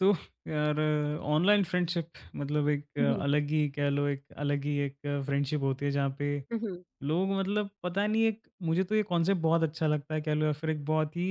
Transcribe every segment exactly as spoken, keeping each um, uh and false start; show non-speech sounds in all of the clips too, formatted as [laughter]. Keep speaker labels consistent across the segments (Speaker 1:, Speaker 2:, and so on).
Speaker 1: तो यार, online friendship मतलब एक अ,
Speaker 2: हुँ,
Speaker 1: अलग ही कह लो, एक अलग ही एक फ्रेंडशिप होती है जहाँ पे
Speaker 2: हुँ, हुँ,
Speaker 1: लोग मतलब पता नहीं, एक मुझे तो ये कॉन्सेप्ट बहुत अच्छा लगता है कह लो, या फिर एक बहुत ही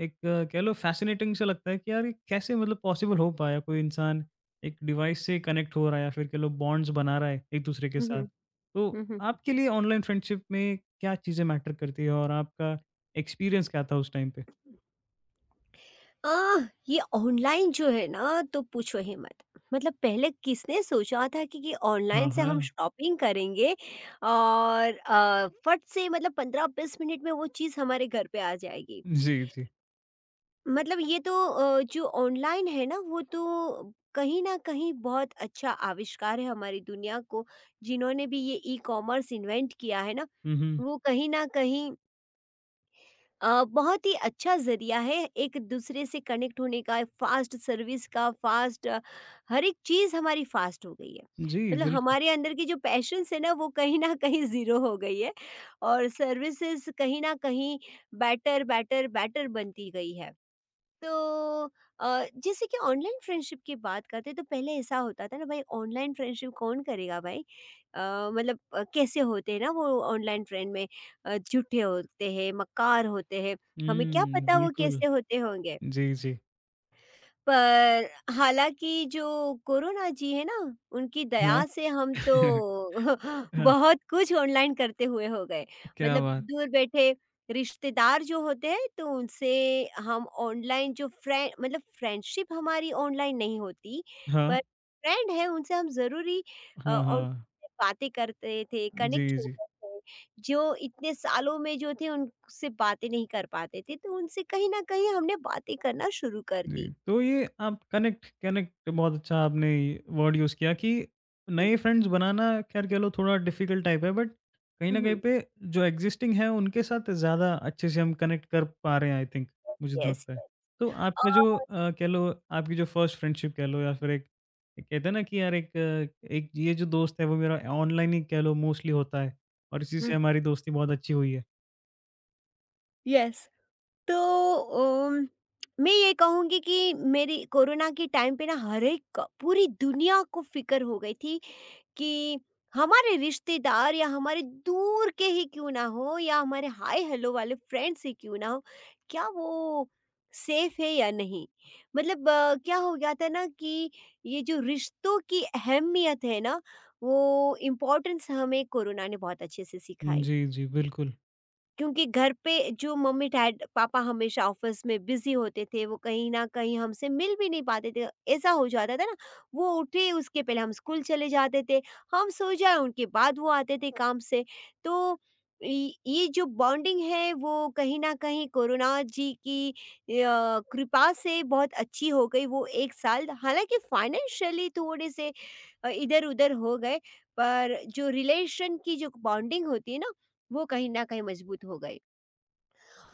Speaker 1: एक अ, कह लो फैसिनेटिंग सा लगता है कि यार, ये कैसे मतलब पॉसिबल हो पाया? कोई इंसान एक डिवाइस से कनेक्ट हो रहा है या फिर कह लो बॉन्ड्स बना रहा है एक दूसरे के
Speaker 2: हुँ,
Speaker 1: साथ।
Speaker 2: हुँ,
Speaker 1: तो
Speaker 2: हुँ, हुँ।
Speaker 1: आपके लिए ऑनलाइन फ्रेंडशिप में क्या चीज़ें मैटर करती है और आपका एक्सपीरियंस क्या था उस टाइम पे?
Speaker 2: आह! ये ऑनलाइन जो है ना तो पूछो ही मत। मतलब पहले किसने सोचा था कि ये
Speaker 1: हाँ,
Speaker 2: ऑनलाइन से
Speaker 1: हाँ।
Speaker 2: हम शॉपिंग करेंगे और अ, फट से मतलब पंद्रह बीस मिनट में वो चीज़ हमारे घर पे आ जाएगी।
Speaker 1: जी, जी।
Speaker 2: मतलब ये तो अ, जो ऑनलाइन है ना वो तो कहीं न कहीं बहुत अच्छा आविष्कार है हमारी दुनिया को। जिन्होंने भी ये ई-कॉमर्स इन्वेंट किया है ना,
Speaker 1: हम्म।
Speaker 2: वो कहीं न कहीं अ, बहुत ही अच्छा ज़रिया है एक दूसरे से कनेक्ट होने का, फास्ट सर्विस का। फास्ट हर एक चीज़ हमारी फास्ट हो गई है।
Speaker 1: जी,
Speaker 2: मतलब
Speaker 1: बिल्कुल।
Speaker 2: हमारे अंदर की जो पैशंस है ना वो कहीं ना कहीं ज़ीरो हो गई है और सर्विसेज कहीं ना कहीं बेटर बेटर बेटर बनती गई है। तो अ, जैसे कि ऑनलाइन फ्रेंडशिप की बात करते हैं, तो पहले ऐसा होता था ना, भाई ऑनलाइन फ्रेंडशिप कौन करेगा भाई। अ, मतलब अ, कैसे होते हैं ना वो ऑनलाइन ट्रेंड में, अ, झूठे होते हैं, मक्कार होते हैं, हमें क्या
Speaker 1: हुँ,
Speaker 2: पता वो
Speaker 1: बिल्कुल।
Speaker 2: कैसे होते होंगे।
Speaker 1: जी, जी।
Speaker 2: पर हालाँकि जो कोरोना जी है ना, उनकी
Speaker 1: हाँ।
Speaker 2: दया से हम तो
Speaker 1: [laughs]
Speaker 2: [laughs]
Speaker 1: हाँ,
Speaker 2: बहुत कुछ ऑनलाइन करते हुए हो गए।
Speaker 1: क्या
Speaker 2: मतलब
Speaker 1: बात!
Speaker 2: दूर बैठे रिश्तेदार जो होते हैं, तो उनसे हम ऑनलाइन जो फ्रें मतलब फ्रेंडशिप हमारी ऑनलाइन नहीं होती,
Speaker 1: हाँ,
Speaker 2: पर फ्रेंड है उनसे हम ज़रूरी अ,
Speaker 1: हाँ,
Speaker 2: ऑनलाइन
Speaker 1: हाँ।
Speaker 2: बातें करते थे, कनेक्ट
Speaker 1: जी, जी।
Speaker 2: होते थे। जो इतने सालों में जो थे, उनसे बातें नहीं कर पाते थे, तो उनसे कहीं न कहीं हमने बातें करना शुरू कर
Speaker 1: जी,
Speaker 2: दी।
Speaker 1: तो ये आप कनेक्ट कनेक्ट बहुत अच्छा आपने वर्ड यूज़ किया कि नए
Speaker 2: हुँ।
Speaker 1: फ्रेंड्स बनाना खैर कह लो थोड़ा डिफिकल्ट टाइप है, बट कहीं न कहीं
Speaker 2: हुँ।
Speaker 1: पे जो एग्ज़िस्टिंग है उनके साथ ज़्यादा अच्छे से हम कनेक्ट कर पा रहे हैं आई थिंक, मुझे तो
Speaker 2: यस,
Speaker 1: लगता है। तो आपका जो
Speaker 2: और
Speaker 1: अ, कह लो आपकी जो फर्स्ट फ्रेंडशिप कह लो, या फिर एक एक कहते हैं ना कि यार, एक अ, एक ये जो दोस्त है वो मेरा ऑनलाइन ही कह लो मोस्टली होता है और इसी से
Speaker 2: हुँ,
Speaker 1: हमारी दोस्ती बहुत अच्छी हुई है।
Speaker 2: यस। तो उम, मैं ये कहूँगी कि मेरी कोरोना के टाइम पे ना हर एक क- पूरी दुनिया को फ़िक्र हो गई थी कि हमारे रिश्तेदार या हमारे दूर के ही क्यों ना हो, या हमारे हाय हेलो वाले फ्रेंड्स ही क्यों ना हो, क्या वो सेफ है या नहीं? मतलब अ, क्या हो गया था ना कि ये जो रिश्तों की अहमियत है ना, वो इम्पोर्टेंस हमें कोरोना ने बहुत अच्छे से सिखाई।
Speaker 1: जी, जी, बिल्कुल।
Speaker 2: क्योंकि घर पे जो मम्मी डैड पापा हमेशा ऑफिस में बिजी होते थे, वो कहीं न कहीं हमसे मिल भी नहीं पाते थे, ऐसा हो जाता था ना। वो उठे उसके पहले हम स्कूल चले जाते थे, हम सो जाएँ उनके बाद वो आते थे काम से। तो इ ये जो बॉन्डिंग है वो कहीं न कहीं कोरोना जी की अ, कृपा से बहुत अच्छी हो गई वो एक साल। हालाँकि फाइनेंशियली थोड़े से अ, इधर-उधर हो गए, पर जो रिलेशन की जो बॉन्डिंग होती है ना वो कहीं न कहीं मजबूत हो गए।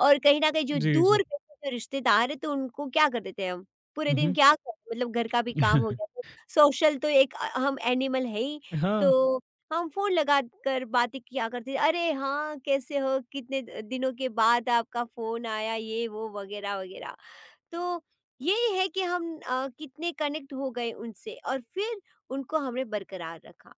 Speaker 2: और कहीं न कहीं जो
Speaker 1: जी, जी।
Speaker 2: दूर के जो रिश्तेदार हैं तो उनको क्या कर देते हैं हम, पूरे
Speaker 1: हुँ,
Speaker 2: दिन
Speaker 1: हुँ।
Speaker 2: क्या करें, मतलब घर का भी काम हो गया,
Speaker 1: [laughs]
Speaker 2: तो सोशल तो एक अ, हम एनिमल है ही,
Speaker 1: हाँ,
Speaker 2: तो हम फ़ोन लगाकर बातें किया करते थे, "अरे हाँ, कैसे हो? कितने द दिनों के बाद आपका फ़ोन आया?" ये वो वगैरह, वगैरह। तो यही है कि हम अ, कितने कनेक्ट हो गए उनसे और फिर उनको हमने बरकरार रखा।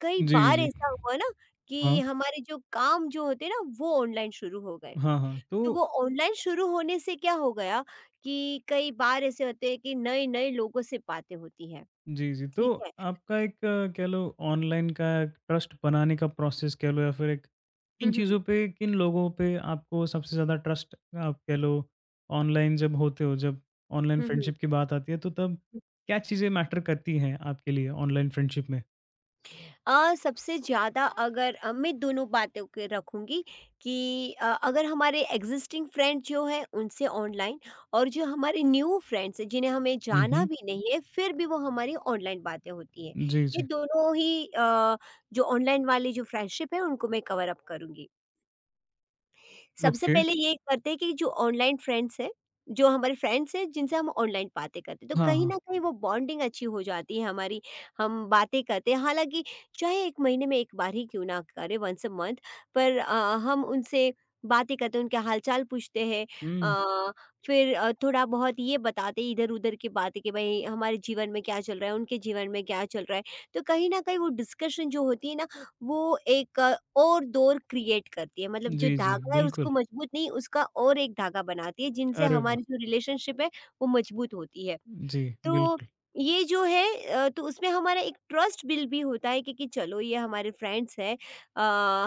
Speaker 2: कई
Speaker 1: जी,
Speaker 2: बार
Speaker 1: जी।
Speaker 2: ऐसा हुआ ना कि
Speaker 1: हाँ।
Speaker 2: हमारे जो काम जो होते हैं ना वो ऑनलाइन शुरू हो गए।
Speaker 1: हाँ, हाँ।
Speaker 2: तो
Speaker 1: तो
Speaker 2: वो ऑनलाइन शुरू होने से क्या हो गया कि कई बार ऐसे होते हैं कि नए-नए लोगों से बातें होती हैं,
Speaker 1: जी, जी। तो
Speaker 2: ठीक है?
Speaker 1: आपका एक अ, कह लो ऑनलाइन का ट्रस्ट बनाने का प्रोसेस कह लो, या फिर एक
Speaker 2: हुँ,
Speaker 1: किन चीज़ों
Speaker 2: हुँ।
Speaker 1: पे, किन लोगों पे आपको सबसे ज़्यादा ट्रस्ट? आप कह लो ऑनलाइन जब होते हो, जब ऑनलाइन
Speaker 2: हुँ, हुँ।
Speaker 1: फ्रेंडशिप की बात आती है तो तब क्या चीज़ें मैटर करती हैं आपके लिए ऑनलाइन फ्रेंडशिप में?
Speaker 2: अ, सबसे ज़्यादा अगर अ, मैं दोनों बातों के रखूँगी, कि अ, अगर हमारे एग्ज़िस्टिंग फ्रेंड जो हैं उनसे ऑनलाइन, और जो हमारे न्यू फ्रेंड्स हैं जिन्हें हमें
Speaker 1: हुँ,
Speaker 2: जाना
Speaker 1: हुँ।
Speaker 2: भी नहीं है फिर भी वो हमारी ऑनलाइन बातें होती हैं।
Speaker 1: जी,
Speaker 2: ये
Speaker 1: जी।
Speaker 2: दोनों ही अ, जो ऑनलाइन वाली जो फ्रेंडशिप है उनको मैं कवर अप करूँगी। सबसे
Speaker 1: ओके।
Speaker 2: पहले ये करते हैं कि जो ऑनलाइन फ्रेंड्स हैं, जो हमारे फ्रेंड्स हैं जिनसे हम ऑनलाइन बातें करते हैं, तो
Speaker 1: हाँ,
Speaker 2: कहीं
Speaker 1: हाँ।
Speaker 2: न कहीं वो बॉन्डिंग अच्छी हो जाती है हमारी, हम बातें करते हैं। हालाँकि चाहे एक महीने में एक बार ही क्यों ना करें, वन्स अ मंथ पर अ, हम उनसे बातें करते हैं, उनके हालचाल पूछते हैं।
Speaker 1: हुँ।
Speaker 2: अ, फिर अ, थोड़ा बहुत ये बताते हैं इधर-उधर की बातें, कि भई हमारे जीवन में क्या चल रहा है, उनके जीवन में क्या चल रहा है। तो कहीं न कहीं वो डिस्कशन जो होती है ना वो एक अ, और डोर क्रिएट करती है, मतलब जो
Speaker 1: जी, जी,
Speaker 2: धागा है
Speaker 1: बिल्कुल।
Speaker 2: उसको मजबूत नहीं, उसका और एक धागा बनाती है जिनसे
Speaker 1: अरे वाह!
Speaker 2: हमारी जो रिलेशनशिप है वो मजबूत होती है।
Speaker 1: जी,
Speaker 2: तो
Speaker 1: बिल्कुल।
Speaker 2: ये जो है अ, तो उसमें हमारा एक ट्रस्ट बिल्ड भी होता है क्योंकि चलो ये हमारे फ्रेंड्स हैं। अ,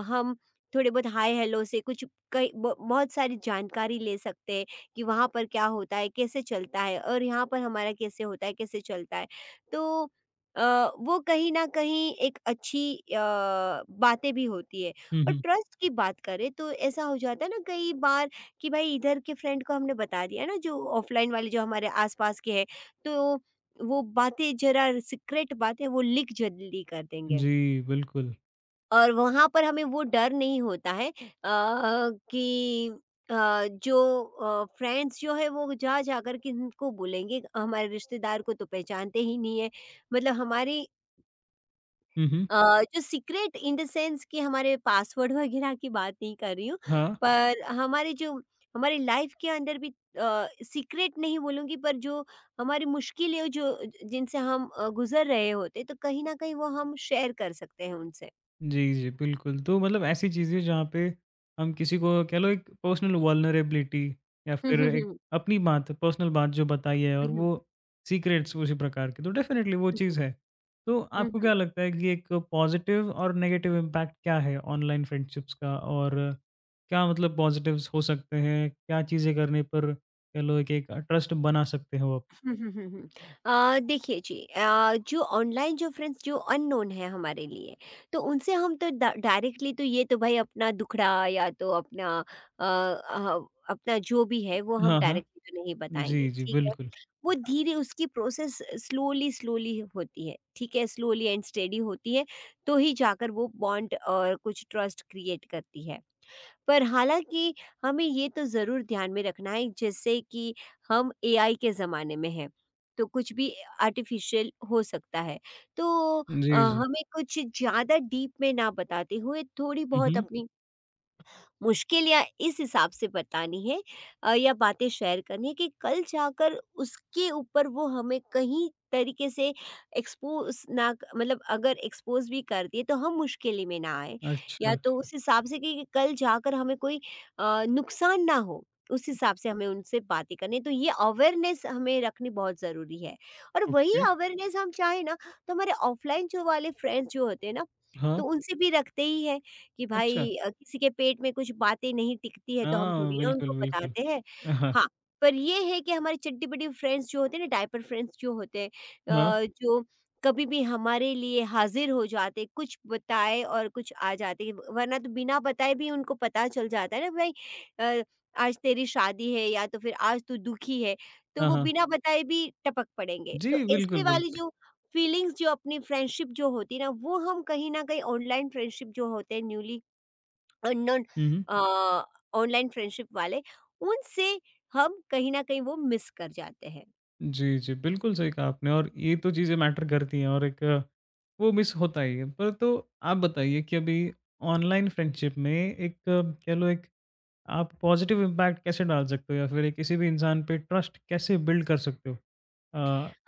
Speaker 2: हम थोड़े बहुत हाय हेलो से कुछ कई ब- बहुत सारी जानकारी ले सकते हैं कि वहाँ पर क्या होता है, कैसे चलता है, और यहाँ पर हमारा कैसे होता है, कैसे चलता है। तो अ, वो कहीं ना कहीं एक अच्छी अ, बातें भी होती है।
Speaker 1: हुँ,
Speaker 2: और
Speaker 1: हुँ।
Speaker 2: ट्रस्ट की बात करें तो ऐसा हो जाता है ना कई बार कि भाई इधर के फ्रेंड को हमने बता दिया ना, जो ऑफलाइन वाले जो हमारे आसपास के हैं, तो वो बातें, ज़रा सीक्रेट बातें, वो लीक जल्दी कर देंगे।
Speaker 1: जी, बिल्कुल।
Speaker 2: और वहाँ पर हमें वो डर नहीं होता है अ, कि अ, जो अ, फ्रेंड्स जो है वो जा जाकर किनको बोलेंगे, हमारे रिश्तेदार को तो पहचानते ही नहीं है। मतलब हमारी
Speaker 1: हुँ, हुँ।
Speaker 2: अ, जो सीक्रेट, इन द सेंस कि हमारे पासवर्ड वगैरह की बात नहीं कर रही हूँ,
Speaker 1: हाँ।
Speaker 2: पर हमारे जो, हमारी लाइफ के अंदर भी अ, सीक्रेट नहीं बोलूँगी पर जो हमारी मुश्किलें जो, जिनसे हम अ, गुज़र रहे होते, तो कहीं न कहीं वो हम शेयर कर सकते हैं उनसे।
Speaker 1: जी, जी, बिल्कुल। तो मतलब ऐसी चीज़ें जहाँ पे हम किसी को कह लो एक पर्सनल वल्नरेबिलिटी या
Speaker 2: हुँ,
Speaker 1: फिर
Speaker 2: हुँ,
Speaker 1: एक
Speaker 2: हुँ।
Speaker 1: अपनी बात, पर्सनल बात जो बताई है, और
Speaker 2: हुँ, हुँ।
Speaker 1: वो सीक्रेट्स उसी प्रकार के, तो डेफ़िनेटली वो
Speaker 2: हुँ, हुँ।
Speaker 1: चीज़ है। तो
Speaker 2: हुँ,
Speaker 1: आपको
Speaker 2: हुँ।
Speaker 1: क्या लगता है कि एक पॉज़िटिव और नेगेटिव इम्पैक्ट क्या है ऑनलाइन फ्रेंडशिप्स का? और क्या मतलब पॉज़िटिव्स हो सकते हैं? क्या चीज़ें करने पर कह लो एक एक ट्रस्ट बना सकते हो आप?
Speaker 2: हुँ, हुँ, हुँ, हुँ। अ, देखिए जी, अ, जो ऑनलाइन जो फ्रेंड्स जो अननोन है हमारे लिए, तो उनसे हम तो डा डायरेक्टली तो, ये तो भाई, अपना दुखड़ा या तो अपना अ, अ, अपना जो भी है वो हम
Speaker 1: हाँ, हाँ।
Speaker 2: डायरेक्टली तो नहीं बताएँगे,
Speaker 1: जी, जी,
Speaker 2: ठीक है।
Speaker 1: बिल्कुल।
Speaker 2: वो धीरे, उसकी प्रोसेस स्लोली स्लोली होती है, ठीक है, स्लोली एंड स्टेडी होती है, तो ही जाकर वो बॉन्ड और कुछ ट्रस्ट क्रिएट करती है। पर हालाँकि हमें ये तो ज़रूर ध्यान में रखना है, जैसे कि हम एआई के ज़माने में हैं, तो कुछ भी आर्टिफ़िशियल हो सकता है। तो अ,
Speaker 1: जी, जी।
Speaker 2: हमें कुछ ज़्यादा डीप में ना बताते हुए थोड़ी
Speaker 1: हुँ,
Speaker 2: बहुत
Speaker 1: हुँ।
Speaker 2: अपनी मुश्किल या इस हिसाब से बतानी है, अ, या बातें शेयर करनी है कि कल जाकर उसके ऊपर वो हमें कहीं तरीके से एक्सपोज ना क- मतलब अगर एक्सपोज भी कर दिए तो हम मुश्किल में ना आए,
Speaker 1: अच्छा,
Speaker 2: या तो
Speaker 1: अच्छा।
Speaker 2: उस हिसाब से, कि कल जाकर हमें कोई अ, नुकसान ना हो, उस हिसाब से हमें उनसे बातें करनी। तो ये अवेयरनेस हमें रखनी बहुत ज़रूरी है, और वही
Speaker 1: ओके।
Speaker 2: अवेयरनेस हम चाहें ना तो हमारे ऑफलाइन जो वाले फ्रेंड्स जो होते हैं ना,
Speaker 1: हाँ,
Speaker 2: तो उनसे भी रखते ही है, कि
Speaker 1: अच्छा।
Speaker 2: भाई अ, किसी के पेट में कुछ बातें नहीं टिकती है तो हम
Speaker 1: हाँ,
Speaker 2: थोड़ी ना
Speaker 1: बिल्कुल,
Speaker 2: उनको
Speaker 1: बिल्कुल।
Speaker 2: बताते हैं।
Speaker 1: हाँ,
Speaker 2: हाँ, पर ये है कि हमारे चड्डी-बड्डी फ्रेंड्स जो होते हैं ना, डायपर फ्रेंड्स जो होते हैं,
Speaker 1: हाँ,
Speaker 2: अ, जो कभी भी हमारे लिए हाज़िर हो जाते, कुछ बताए और कुछ, आ जाते। वरना तो बिना बताए भी उनको पता चल जाता है ना, भाई अ, आज तेरी शादी है या तो फिर आज तू दुखी है, तो
Speaker 1: हाँ,
Speaker 2: वो
Speaker 1: हाँ।
Speaker 2: बिना बताए भी टपक पड़ेंगे।
Speaker 1: जी,
Speaker 2: तो
Speaker 1: बिल्कुल,
Speaker 2: ऐसे वाली
Speaker 1: बिल्कुल।
Speaker 2: जो फीलिंग्स, जो अपनी फ्रेंडशिप जो होती है ना, वो हम कहीं न कहीं ऑनलाइन फ्रेंडशिप जो होते हैं न्यूली अननोन,
Speaker 1: हुँ, हुँ।
Speaker 2: अ, ऑनलाइन फ्रेंडशिप वाले, उनसे हम कहीं न कहीं वो मिस कर जाते हैं।
Speaker 1: जी, जी, बिल्कुल सही कहा आपने और ये तो चीज़ें मैटर करती हैं, और एक अ, वो मिस होता ही है। पर तो आप बताइए कि अभी ऑनलाइन फ्रेंडशिप में एक अ, कह लो एक आप पॉज़िटिव इम्पैक्ट कैसे डाल सकते हो या फिर एक किसी भी इंसान पे ट्रस्ट कैसे बिल्ड कर सकते हो? अ,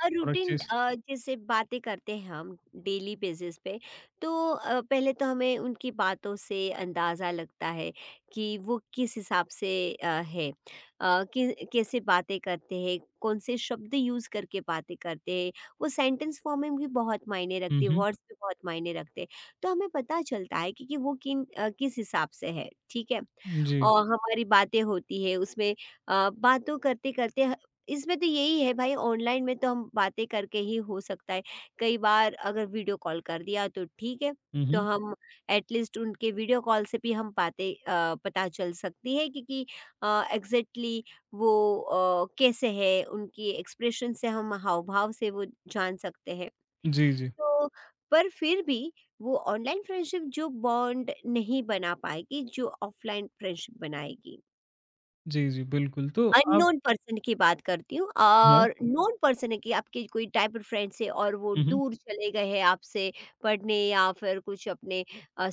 Speaker 2: और
Speaker 1: और अच्छे
Speaker 2: रूटीन
Speaker 1: से।
Speaker 2: अ, जैसे बातें करते हैं हम, डेली बेसिस पे, तो अ, पहले तो हमें उनकी बातों से अंदाज़ा लगता है कि वो किस हिसाब से अ, है, अ, कि कैसे बातें करते हैं, कौन से शब्द यूज़ करके बातें करते हैं, वो सेंटेंस फॉर्म में भी बहुत मायने
Speaker 1: हुँ,
Speaker 2: रखते हैं,
Speaker 1: हुँ।
Speaker 2: वर्ड्स भी बहुत मायने रखते हैं। तो हमें पता चलता है कि, कि वो किन अ, किस हिसाब से है, ठीक है।
Speaker 1: जी।
Speaker 2: और हमारी बातें होती है उसमें, अ, बातों करते करते, इसमें तो यही है भाई ऑनलाइन में तो हम बातें करके ही हो सकता है। कई बार अगर वीडियो कॉल कर दिया तो ठीक है,
Speaker 1: हुँ,
Speaker 2: तो
Speaker 1: हुँ।
Speaker 2: हम एटलीस्ट उनके वीडियो कॉल से भी हम बातें अ, पता चल सकती है, क्योंकि अ, एग्ज़ैक्टली वो अ, कैसे हैं, उनकी एक्सप्रेशन से, हम हाव-भाव से वो जान सकते हैं।
Speaker 1: जी, जी।
Speaker 2: तो पर फिर भी वो ऑनलाइन फ्रेंडशिप जो बॉन्ड नहीं बना पाएगी, जो ऑफलाइन फ्रेंडशिप बनाएगी।
Speaker 1: जी, जी, बिल्कुल। तो आप
Speaker 2: अननोन पर्सन की बात करती हूँ,
Speaker 1: या?
Speaker 2: और नोन पर्सन है कि आपके कोई डाइपर फ्रेंड से और वो
Speaker 1: हुँ, हुँ।
Speaker 2: दूर चले गए हैं आपसे पढ़ने या फिर कुछ अपने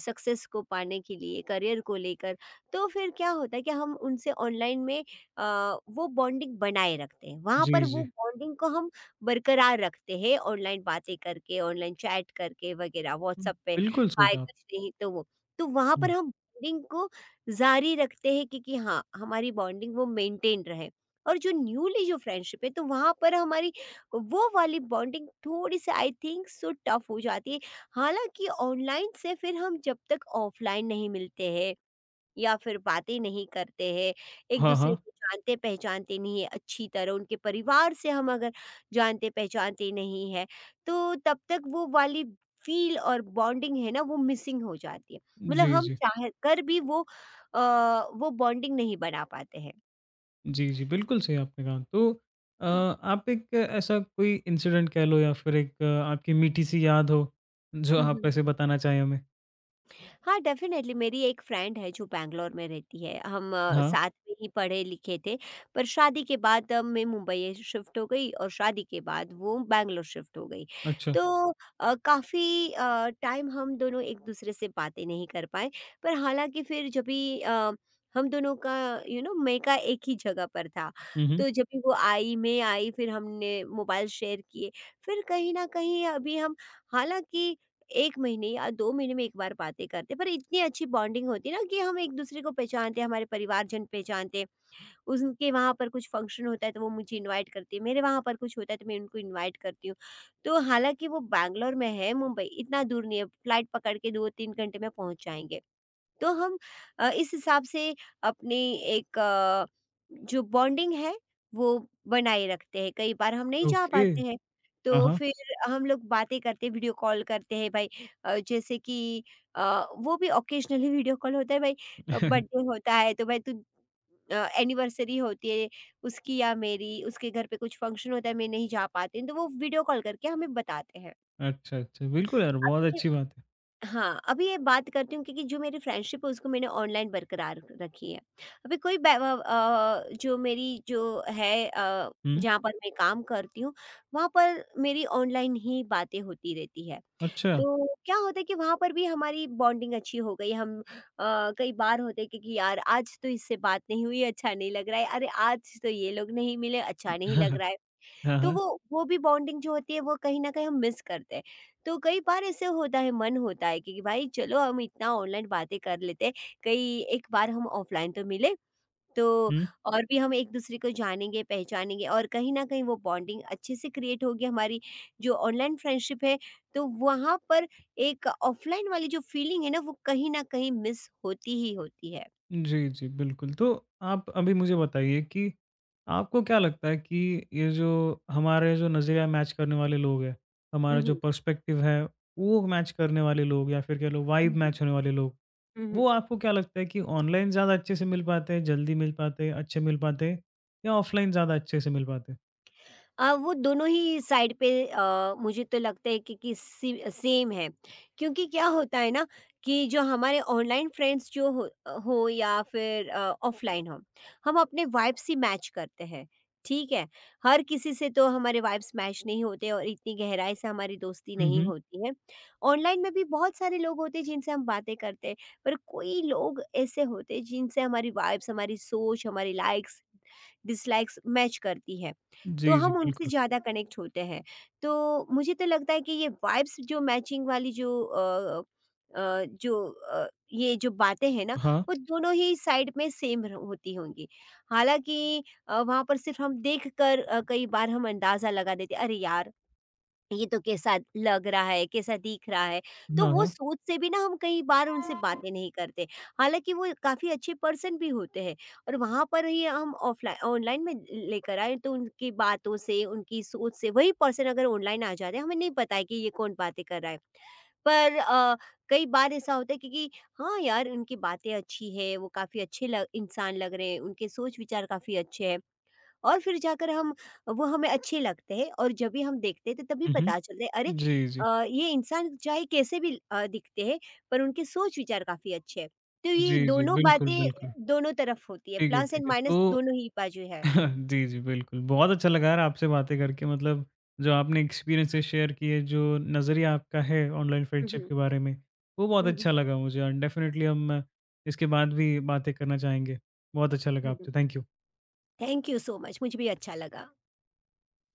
Speaker 2: सक्सेस को पाने के लिए, करियर को लेकर, तो फिर क्या होता है कि हम उनसे ऑनलाइन में अ, वो बॉन्डिंग बनाए रखते हैं, वहाँ
Speaker 1: जी,
Speaker 2: पर वो
Speaker 1: जी।
Speaker 2: बॉन्डिंग को हम बरकरार रखते हैं, ऑनलाइन बातें करके, ऑनलाइन चैट करके वगैरह,
Speaker 1: हुँ,
Speaker 2: व्हाट्सएप पे
Speaker 1: बिल्कुल सही
Speaker 2: हाय
Speaker 1: कहा आप।
Speaker 2: कुछ नहीं तो वो, तो वहाँ पर
Speaker 1: हुँ।
Speaker 2: हम बॉन्डिंग को जारी रखते हैं कि, कि हाँ हमारी बॉन्डिंग वो मेंटेन रहे, और जो न्यूली जो फ्रेंडशिप है तो वहाँ पर हमारी वो वाली बॉन्डिंग थोड़ी सी आई थिंक सो टफ हो जाती है। हालांकि ऑनलाइन से फिर हम जब तक ऑफलाइन नहीं मिलते हैं या फिर बातें नहीं करते हैं, एक
Speaker 1: हाँ,
Speaker 2: दूसरे
Speaker 1: हाँ।
Speaker 2: को जानते पहचानते नहीं है अच्छी तरह, उनके परिवार से हम अगर जानते पहचानते नहीं है, तो तब तक वो वाली फ़ील और बॉन्डिंग है ना वो मिसिंग हो जाती है। मतलब
Speaker 1: जी,
Speaker 2: हम
Speaker 1: जी।
Speaker 2: चाह कर भी वो अ, वो बॉन्डिंग नहीं बना पाते हैं।
Speaker 1: जी, जी, बिल्कुल सही आपने कहा। तो अ, आप एक ऐसा कोई इंसिडेंट कह लो, या फिर एक अ, आपकी मीठी-सी याद हो, जो आप
Speaker 2: हुँ।
Speaker 1: ऐसे बताना चाहें हमें?
Speaker 2: हाँ डेफिनेटली मेरी एक फ्रेंड है जो बैंगलोर में रहती है। हम अ,
Speaker 1: हाँ,
Speaker 2: साथ में ही पढ़े लिखे थे, पर शादी के बाद अ, मैं मुंबई शिफ्ट हो गई और शादी के बाद वो बैंगलोर शिफ्ट हो गई।
Speaker 1: अच्छा।
Speaker 2: तो अ, काफी अ, टाइम हम दोनों एक दूसरे से बातें नहीं कर पाए। पर हालांकि फिर जब भी अ, हम दोनों का यू नो मैं का एक ही जगह पर था,
Speaker 1: हुँ, हुँ।
Speaker 2: तो जब भी वो आई मैं आई फिर हमने मोबाइल शेयर किए। फिर कहीं ना कहीं अभी हम हालांकि एक महीने या दो महीने में एक बार बातें करते, पर इतनी अच्छी बॉन्डिंग होती है ना कि हम एक दूसरे को पहचानते हैं, हमारे परिवारजन पहचानते हैं। उनके वहाँ पर कुछ फंक्शन होता है तो वो मुझे इनवाइट करती है, मेरे वहाँ पर कुछ होता है तो मैं उनको इनवाइट करती हूँ। तो हालाँकि वो बैंगलोर में है, मुंबई इतना दूर नहीं है, फ्लाइट पकड़ के दो-तीन घंटे में पहुँच जाएँगे। तो हम अ, इस हिसाब से अपनी एक अ, जो बॉन्डिंग है वो बनाए रखते हैं। कई बार हम नहीं जा
Speaker 1: ओके।
Speaker 2: पाते हैं,
Speaker 1: हाँ,
Speaker 2: तो
Speaker 1: हाँ।
Speaker 2: फिर हम लोग बातें करते हैं, वीडियो कॉल करते हैं भाई। अ, जैसे कि अ, वो भी ऑकेजनली वीडियो कॉल होता है भाई। अ, बर्थडे
Speaker 1: [laughs]
Speaker 2: होता है तो भाई तू अ, एनिवर्सरी होती है उसकी या मेरी, उसके घर पे कुछ फंक्शन होता है मैं नहीं जा पाती हूँ, तो वो वीडियो कॉल करके हमें बताते हैं।
Speaker 1: अच्छा, अच्छा। बिल्कुल यार, बहुत
Speaker 2: अभी
Speaker 1: अच्छी बात है।
Speaker 2: हाँ, अभी ये बात करती हूँ क्योंकि जो मेरी फ्रेंडशिप है उसको मैंने ऑनलाइन बरकरार रखी है। अभी कोई बै व अ, जो मेरी जो है अ,
Speaker 1: हुँ,
Speaker 2: जहाँ पर मैं काम करती हूँ, वहाँ पर मेरी ऑनलाइन ही बातें होती रहती है।
Speaker 1: अच्छा।
Speaker 2: तो क्या होता है कि वहाँ पर भी हमारी बॉन्डिंग अच्छी हो गई। हम अ, कई बार होते हैं कि कि यार आज तो इससे बात नहीं हुई, अच्छा नहीं लग रहा है। अरे आज तो ये लोग नहीं मिले, अच्छा नहीं लग
Speaker 1: [laughs]
Speaker 2: रहा है।
Speaker 1: हाँ,
Speaker 2: तो
Speaker 1: हाँ।
Speaker 2: वो वो भी बॉन्डिंग जो होती है वो कहीं न कहीं हम मिस करते हैं। तो कई बार ऐसे होता है मन होता है कि कि भाई चलो हम इतना ऑनलाइन बातें कर लेते हैं, कहीं एक बार हम ऑफलाइन तो मिले तो और भी हम एक-दूसरे को जानेंगे, पहचानेंगे और कहीं न कहीं वो बॉन्डिंग अच्छे से क्रिएट होगी हमारी। जो ऑनलाइन फ्रेंडशिप है, तो वहाँ पर एक ऑफलाइन वाली जो फीलिंग है ना वो कहीं न कहीं मिस होती ही होती है।
Speaker 1: जी, जी, बिल्कुल। तो आप अभी मुझे बताइए कि आपको क्या लगता है कि ये जो हमारे जो नज़रिया मैच करने वाले लोग हैं,
Speaker 2: हुँ,
Speaker 1: हमारा जो
Speaker 2: हुँ।
Speaker 1: पर्सपेक्टिव है, वो मैच करने वाले लोग या फिर कह लो वाइब
Speaker 2: हुँ, हुँ।
Speaker 1: मैच होने वाले लोग,
Speaker 2: हुँ, हुँ।
Speaker 1: वो आपको क्या लगता है कि ऑनलाइन ज़्यादा अच्छे से मिल पाते हैं, जल्दी मिल पाते हैं, अच्छे मिल पाते हैं, या ऑफ़लाइन ज़्यादा अच्छे से मिल पाते हैं?
Speaker 2: अ, वो दोनों ही साइड पे अ, मुझे तो लगता है कि, कि सी, सेम है, क्योंकि क्या होता है ना कि जो हमारे ऑनलाइन फ्रेंड्स जो हो, हो या फिर ऑफलाइन हो, हम अपने वाइब्स ही मैच करते हैं। ठीक है, हर किसी से तो हमारे वाइब्स मैच नहीं होते और इतनी गहराई से हमारी दोस्ती
Speaker 1: हुँ,
Speaker 2: नहीं
Speaker 1: हुँ।
Speaker 2: होती है। ऑनलाइन में भी बहुत सारे लोग होते हैं जिनसे हम बातें करते हैं, पर कोई लोग ऐसे होते हैं जिनसे हमारी वाइब्स हमारी सोच हमारी लाइक्स डिसलाइक्स मैच करती है। तो
Speaker 1: जी, जी,
Speaker 2: हम उनसे
Speaker 1: बिल्कुल।
Speaker 2: ज़्यादा कनेक्ट होते हैं। तो मुझे तो लगता है कि ये वाइब्स जो मैचिंग वाली जो अ अ, जो अ, ये जो बातें हैं ना,
Speaker 1: हाँ।
Speaker 2: वो दोनों ही साइड में सेम र होती होंगी। हालाँकि अ, वहाँ पर सिर्फ़ हम देख कर अ, कई बार हम अंदाज़ा लगा देते हैं, "अरे यार! ये तो कैसा लग रहा है, कैसा दिख रहा है, तो
Speaker 1: हाँ,
Speaker 2: वो
Speaker 1: हाँ।
Speaker 2: सोच से भी ना हम कई बार उनसे बातें नहीं करते। हालाँकि वो काफ़ी अच्छे पर्सन भी होते हैं और वहाँ पर ही हम ऑफ़लाइ ऑनलाइन में लेकर आए तो उनकी बातों से, उनकी सोच से वही पर्सन अगर ऑनलाइन आ जाते हैं, हमें नहीं पता है कि ये कौन बातें कर रहा है। पर अ, कई बार ऐसा होता है क्योंकि हाँ यार, उनकी बातें अच्छी है, वो काफ़ी अच्छे लग इंसान लग रहे हैं, उनके सोच-विचार काफ़ी अच्छे हैं। और फिर जाकर हम वो हमें अच्छे लगते हैं और जब भी हम देखते हैं तो तभी
Speaker 1: हुँ,
Speaker 2: पता
Speaker 1: हुँ।
Speaker 2: चलता है अरे
Speaker 1: जी, जी।
Speaker 2: अ, ये इंसान चाहे कैसे भी अ, दिखते हैं, पर उनके सोच विचार काफ़ी अच्छे हैं। तो ये
Speaker 1: जी, जी,
Speaker 2: दोनों
Speaker 1: बिल्कुल,
Speaker 2: बातें
Speaker 1: बिल्कुल।
Speaker 2: दोनों तरफ होती है,
Speaker 1: ठीक है,
Speaker 2: प्लस
Speaker 1: ठीक
Speaker 2: एंड
Speaker 1: है।
Speaker 2: माइनस
Speaker 1: तो
Speaker 2: दोनों ही बाजू है।
Speaker 1: [laughs] जी, जी, बिल्कुल। बहुत अच्छा लगा यार आपसे बातें करके, मतलब जो आपने एक्सपीरियंसेस शेयर किए, जो नज़रिया आपका है ऑनलाइन
Speaker 2: हुँ,
Speaker 1: फ्रेंडशिप
Speaker 2: हुँ।
Speaker 1: के बारे में, वो बहुत
Speaker 2: हुँ, हुँ। हुँ, हुँ।
Speaker 1: अच्छा लगा मुझे, और डेफ़िनेटली हम इसके बाद भी बातें करना चाहेंगे। बहुत अच्छा लगा
Speaker 2: हुँ, हुँ।
Speaker 1: आपसे। Thank you.
Speaker 2: Thank you so much मुझे भी अच्छा लगा।